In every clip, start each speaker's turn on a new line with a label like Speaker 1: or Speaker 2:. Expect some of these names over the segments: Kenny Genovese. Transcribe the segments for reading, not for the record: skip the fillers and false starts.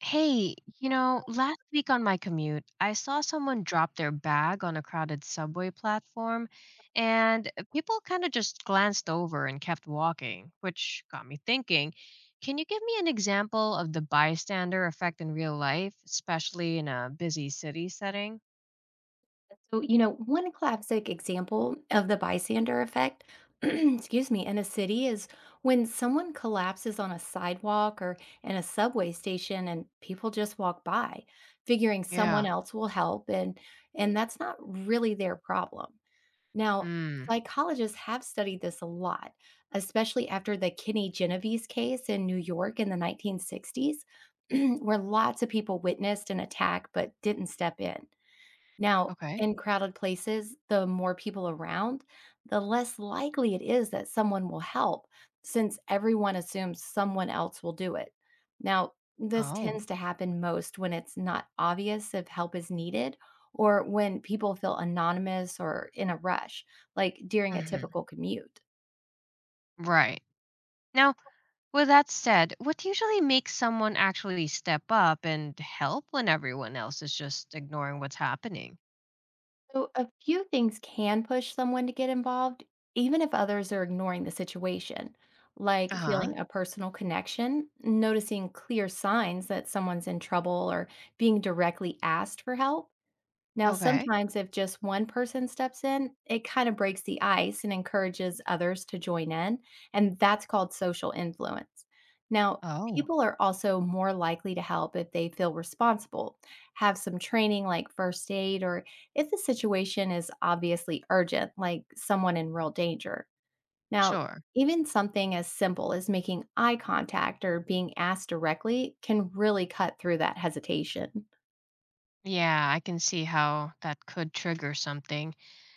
Speaker 1: Hey,
Speaker 2: No.
Speaker 1: last week on my commute, I saw someone drop their bag on a crowded subway platform, and people kind of just glanced over and kept walking, which got me thinking. Can you give me an example of the bystander effect in real life, especially in a busy city setting?
Speaker 2: So, you know, one classic example of the bystander effect, excuse me, in a city is when someone collapses on a sidewalk or in a subway station and people just walk by, figuring
Speaker 1: Yeah.
Speaker 2: someone else will help, and that's not really their problem. Now,
Speaker 1: Mm.
Speaker 2: psychologists have studied this a lot, especially after the Kenny Genovese case in New York in the 1960s, where lots of people witnessed an attack but didn't step in. Now,
Speaker 1: Okay.
Speaker 2: in crowded places, the more people around, the less likely it is that someone will help, since everyone assumes someone else will do it. Now, this
Speaker 1: Oh.
Speaker 2: tends to happen most when it's not obvious if help is needed, or when people feel anonymous or in a rush, like during a
Speaker 1: Hmm.
Speaker 2: typical commute.
Speaker 1: Right. Now, with that said, what usually makes someone actually step up and help when everyone else is just ignoring what's happening?
Speaker 2: So, a few things can push someone to get involved, even if others are ignoring the situation,
Speaker 1: Uh
Speaker 2: like
Speaker 1: huh.
Speaker 2: feeling a personal connection, noticing clear signs that someone's in trouble, or being directly asked for help. Now,
Speaker 1: Okay.
Speaker 2: sometimes if just one person steps in, it kind of breaks the ice and encourages others to join in, and that's called social influence. Now,
Speaker 1: Oh,
Speaker 2: people are also more likely to help if they feel responsible, have some training like first aid, or if the situation is obviously urgent, like someone in real danger. Now,
Speaker 1: sure.
Speaker 2: even something as simple as making eye contact or being asked directly can really cut through that hesitation.
Speaker 1: Yeah, I can see how that could trigger something.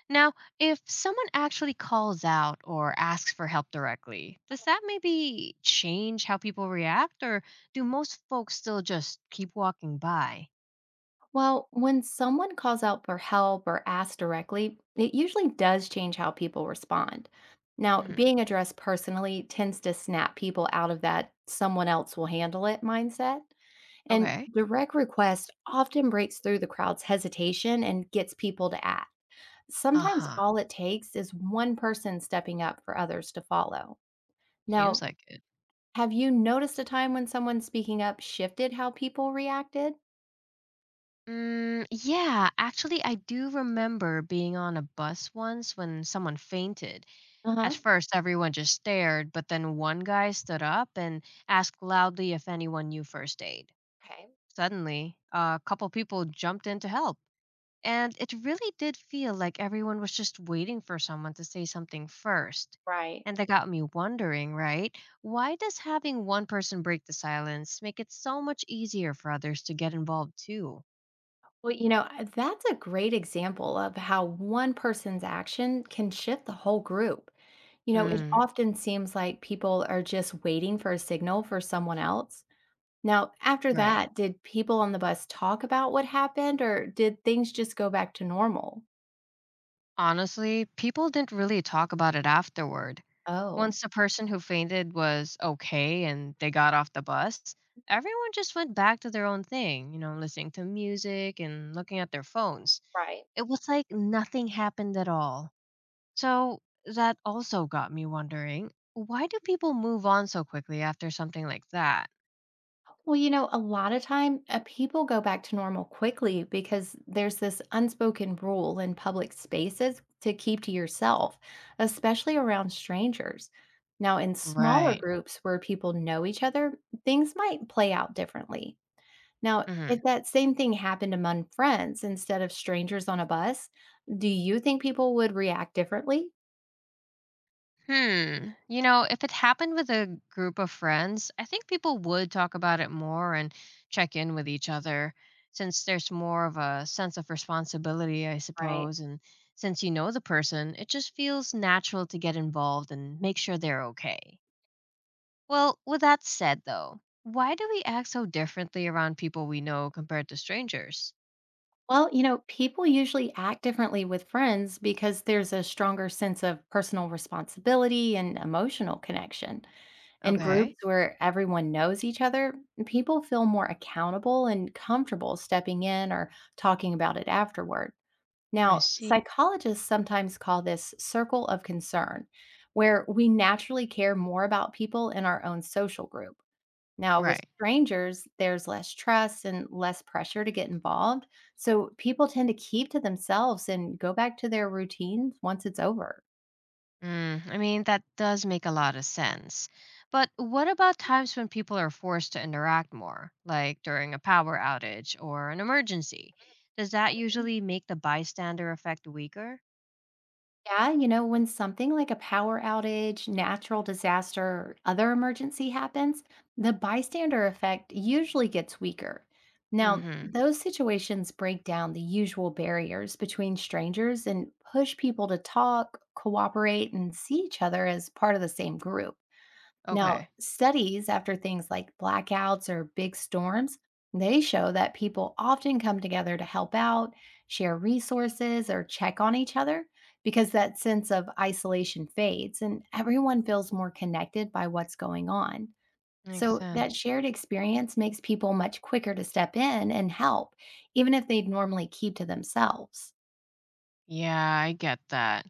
Speaker 1: Now, if someone actually calls out or asks for help directly, does that maybe change how people react, or do most folks still just keep walking by?
Speaker 2: Well, when someone calls out for help or asks directly, it usually does change how people respond. Now,
Speaker 1: Hmm.
Speaker 2: being addressed personally tends to snap people out of that someone else will handle it mindset. And
Speaker 1: Okay.
Speaker 2: direct request often breaks through the crowd's hesitation and gets people to act.
Speaker 1: Uh
Speaker 2: Sometimes
Speaker 1: huh.
Speaker 2: all it takes is one person stepping up for others to follow. Now,
Speaker 1: Seems like it.
Speaker 2: have you noticed a time when someone speaking up shifted how people reacted?
Speaker 1: Yeah, actually, I do remember being on a bus once when someone fainted.
Speaker 2: Uh
Speaker 1: At
Speaker 2: huh.
Speaker 1: first, everyone just stared, but then one guy stood up and asked loudly if anyone knew first aid.
Speaker 2: Okay.
Speaker 1: Suddenly, a couple people jumped in to help, and it really did feel like everyone was just waiting for someone to say something first.
Speaker 2: Right.
Speaker 1: And that got me wondering, right? Why does having one person break the silence make it so much easier for others to get involved too?
Speaker 2: Well, you know, that's a great example of how one person's action can shift the whole group. You know, it
Speaker 1: Mm,
Speaker 2: often seems like people are just waiting for a signal for someone else. Now, after
Speaker 1: right.
Speaker 2: that, did people on the bus talk about what happened, or did things just go back to normal?
Speaker 1: Honestly, people didn't really talk about it afterward.
Speaker 2: Oh,
Speaker 1: Once the person who fainted was okay and they got off the bus, everyone just went back to their own thing, listening to music and looking at their phones.
Speaker 2: right.
Speaker 1: It was like nothing happened at all. So that also got me wondering why do people move on so quickly after something like that?
Speaker 2: Well, you know, a lot of time people go back to normal quickly because there's this unspoken rule in public spaces to keep to yourself, especially around strangers. Now, in smaller
Speaker 1: Right.
Speaker 2: groups where people know each other, things might play out differently. Now,
Speaker 1: Hmm.
Speaker 2: if that same thing happened among friends instead of strangers on a bus, do you think people would react differently?
Speaker 1: Hmm. If it happened with a group of friends, I think people would talk about it more and check in with each other since there's more of a sense of responsibility, I
Speaker 2: Right.
Speaker 1: suppose. And since you know the person, it just feels natural to get involved and make sure they're okay. Well, with that said, though, why do we act so differently around people we know compared to strangers?
Speaker 2: Well, you know, people usually act differently with friends because there's a stronger sense of personal responsibility and emotional connection. In groups
Speaker 1: Okay,
Speaker 2: where everyone knows each other, people feel more accountable and comfortable stepping in or talking about it afterward.
Speaker 1: I
Speaker 2: Now,
Speaker 1: see.
Speaker 2: psychologists sometimes call this circle of concern, where we naturally care more about people in our own social group. Now, with
Speaker 1: Right.
Speaker 2: strangers, there's less trust and less pressure to get involved. So people tend to keep to themselves and go back to their routines once it's over.
Speaker 1: I mean, that does make a lot of sense. But what about times when people are forced to interact more, like during a power outage or an emergency? Does that usually make the bystander effect weaker?
Speaker 2: Yeah, you know, when something like a power outage, natural disaster, or other emergency happens, the bystander effect usually gets weaker. Now,
Speaker 1: Mm-hmm.
Speaker 2: those situations break down the usual barriers between strangers and push people to talk, cooperate, and see each other as part of the same group. Now,
Speaker 1: Okay.
Speaker 2: studies after things like blackouts or big storms, they show that people often come together to help out, share resources, or check on each other because that sense of isolation fades and everyone feels more connected by what's going on.
Speaker 1: Makes
Speaker 2: So, that
Speaker 1: sense.
Speaker 2: shared experience makes people much quicker to step in and help, even if they'd normally keep to themselves.
Speaker 1: Yeah, I get that.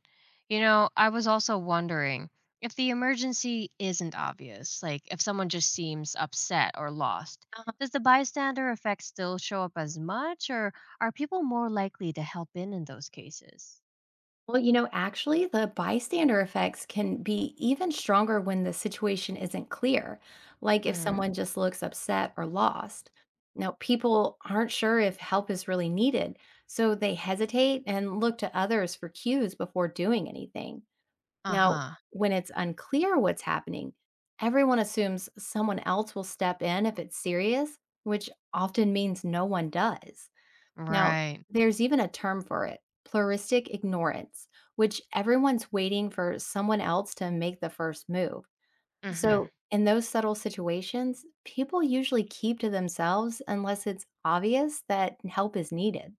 Speaker 1: I was also wondering if the emergency isn't obvious, like if someone just seems upset or lost, does the bystander effect still show up as much, or are people more likely to help in those cases?
Speaker 2: Well, you know, actually, the bystander effects can be even stronger when the situation isn't clear, like if
Speaker 1: Hmm.
Speaker 2: someone just looks upset or lost. Now, people aren't sure if help is really needed, so they hesitate and look to others for cues before doing anything.
Speaker 1: Uh
Speaker 2: Now,
Speaker 1: huh.
Speaker 2: when it's unclear what's happening, everyone assumes someone else will step in if it's serious, which often means no one does. Now,
Speaker 1: Right.
Speaker 2: there's even a term for it, pluralistic ignorance, which everyone's waiting for someone else to make the first move.
Speaker 1: Mm hmm.
Speaker 2: So, in those subtle situations, people usually keep to themselves unless it's obvious that help is needed.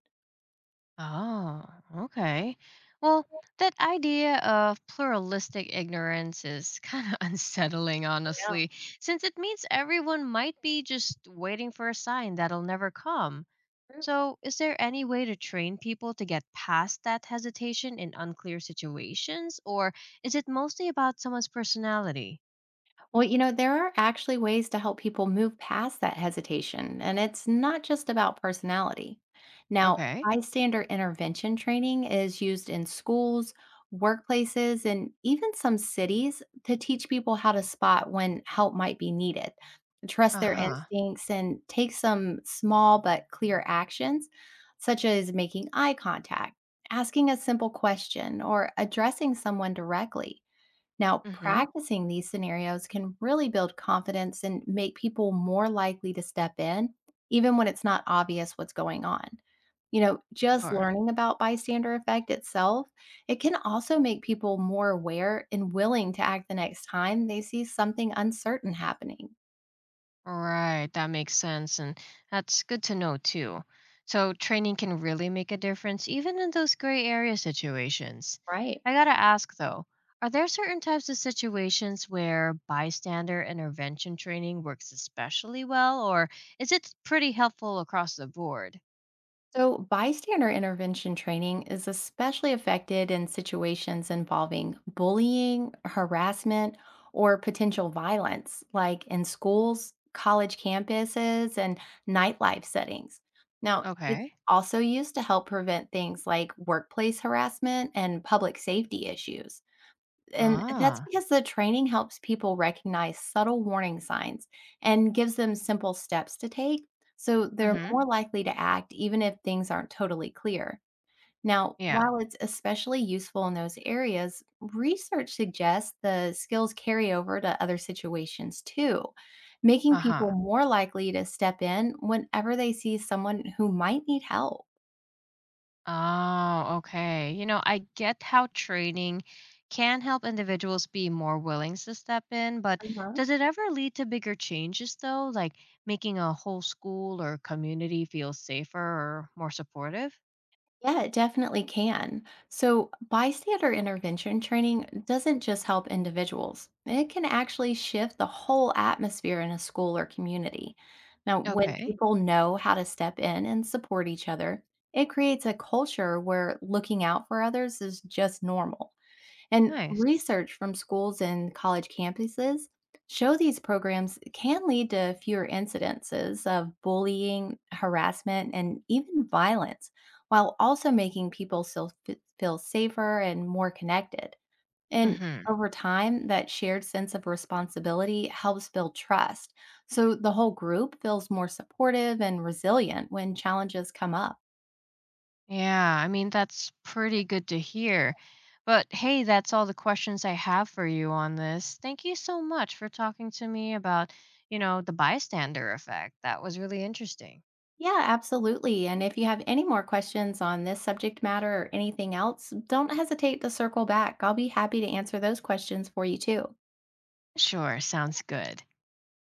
Speaker 1: Oh, okay. Well, that idea of pluralistic ignorance is kind of unsettling, honestly, since it means everyone might be just waiting for a sign that'll never come.
Speaker 2: Yeah.
Speaker 1: So, is there any way to train people to get past that hesitation in unclear situations, or is it mostly about someone's personality?
Speaker 2: Well, you know, there are actually ways to help people move past that hesitation, and it's not just about personality. Now,
Speaker 1: Okay.
Speaker 2: bystander intervention training is used in schools, workplaces, and even some cities to teach people how to spot when help might be needed,
Speaker 1: Uh
Speaker 2: trust their
Speaker 1: huh.
Speaker 2: instincts, and take some small but clear actions, such as making eye contact, asking a simple question, or addressing someone directly. Now,
Speaker 1: Mm hmm.
Speaker 2: practicing these scenarios can really build confidence and make people more likely to step in, even when it's not obvious what's going on. You know, just
Speaker 1: Sure.
Speaker 2: learning about bystander effect itself, it can also make people more aware and willing to act the next time they see something uncertain happening.
Speaker 1: Right, that makes sense. And that's good to know too. So, training can really make a difference even in those gray area situations.
Speaker 2: Right.
Speaker 1: I gotta ask though, are there certain types of situations where bystander intervention training works especially well, or is it pretty helpful across the board?
Speaker 2: So, bystander intervention training is especially affected in situations involving bullying, harassment, or potential violence, like in schools, college campuses, and nightlife settings. Now, it's
Speaker 1: Okay.
Speaker 2: also used to help prevent things like workplace harassment and public safety issues. And that's
Speaker 1: Ah,
Speaker 2: because the training helps people recognize subtle warning signs and gives them simple steps to take, so
Speaker 1: mm
Speaker 2: they're
Speaker 1: hmm.
Speaker 2: more likely to act even if things aren't totally clear. Now,
Speaker 1: Yeah.
Speaker 2: while it's especially useful in those areas, research suggests the skills carry over to other situations too, making
Speaker 1: Uh huh.
Speaker 2: people more likely to step in whenever they see someone who might need help.
Speaker 1: Oh, okay. I get how training can help individuals be more willing to step in, but
Speaker 2: Uh huh.
Speaker 1: does it ever lead to bigger changes, though, like making a whole school or community feel safer or more supportive?
Speaker 2: Yeah, it definitely can. So, bystander intervention training doesn't just help individuals, it can actually shift the whole atmosphere in a school or community. Now, when
Speaker 1: Okay,
Speaker 2: people know how to step in and support each other, it creates a culture where looking out for others is just normal. And
Speaker 1: nice.
Speaker 2: research from schools and college campuses show these programs can lead to fewer incidences of bullying, harassment, and even violence, while also making people still feel safer and more connected. And
Speaker 1: Mm-hmm.
Speaker 2: over time, that shared sense of responsibility helps build trust, so the whole group feels more supportive and resilient when challenges come up.
Speaker 1: Yeah, I mean, that's pretty good to hear. But hey, that's all the questions I have for you on this. Thank you so much for talking to me about, the bystander effect. That was really interesting.
Speaker 2: Yeah, absolutely. And if you have any more questions on this subject matter or anything else, don't hesitate to circle back. I'll be happy to answer those questions for you too.
Speaker 1: Sure, sounds good.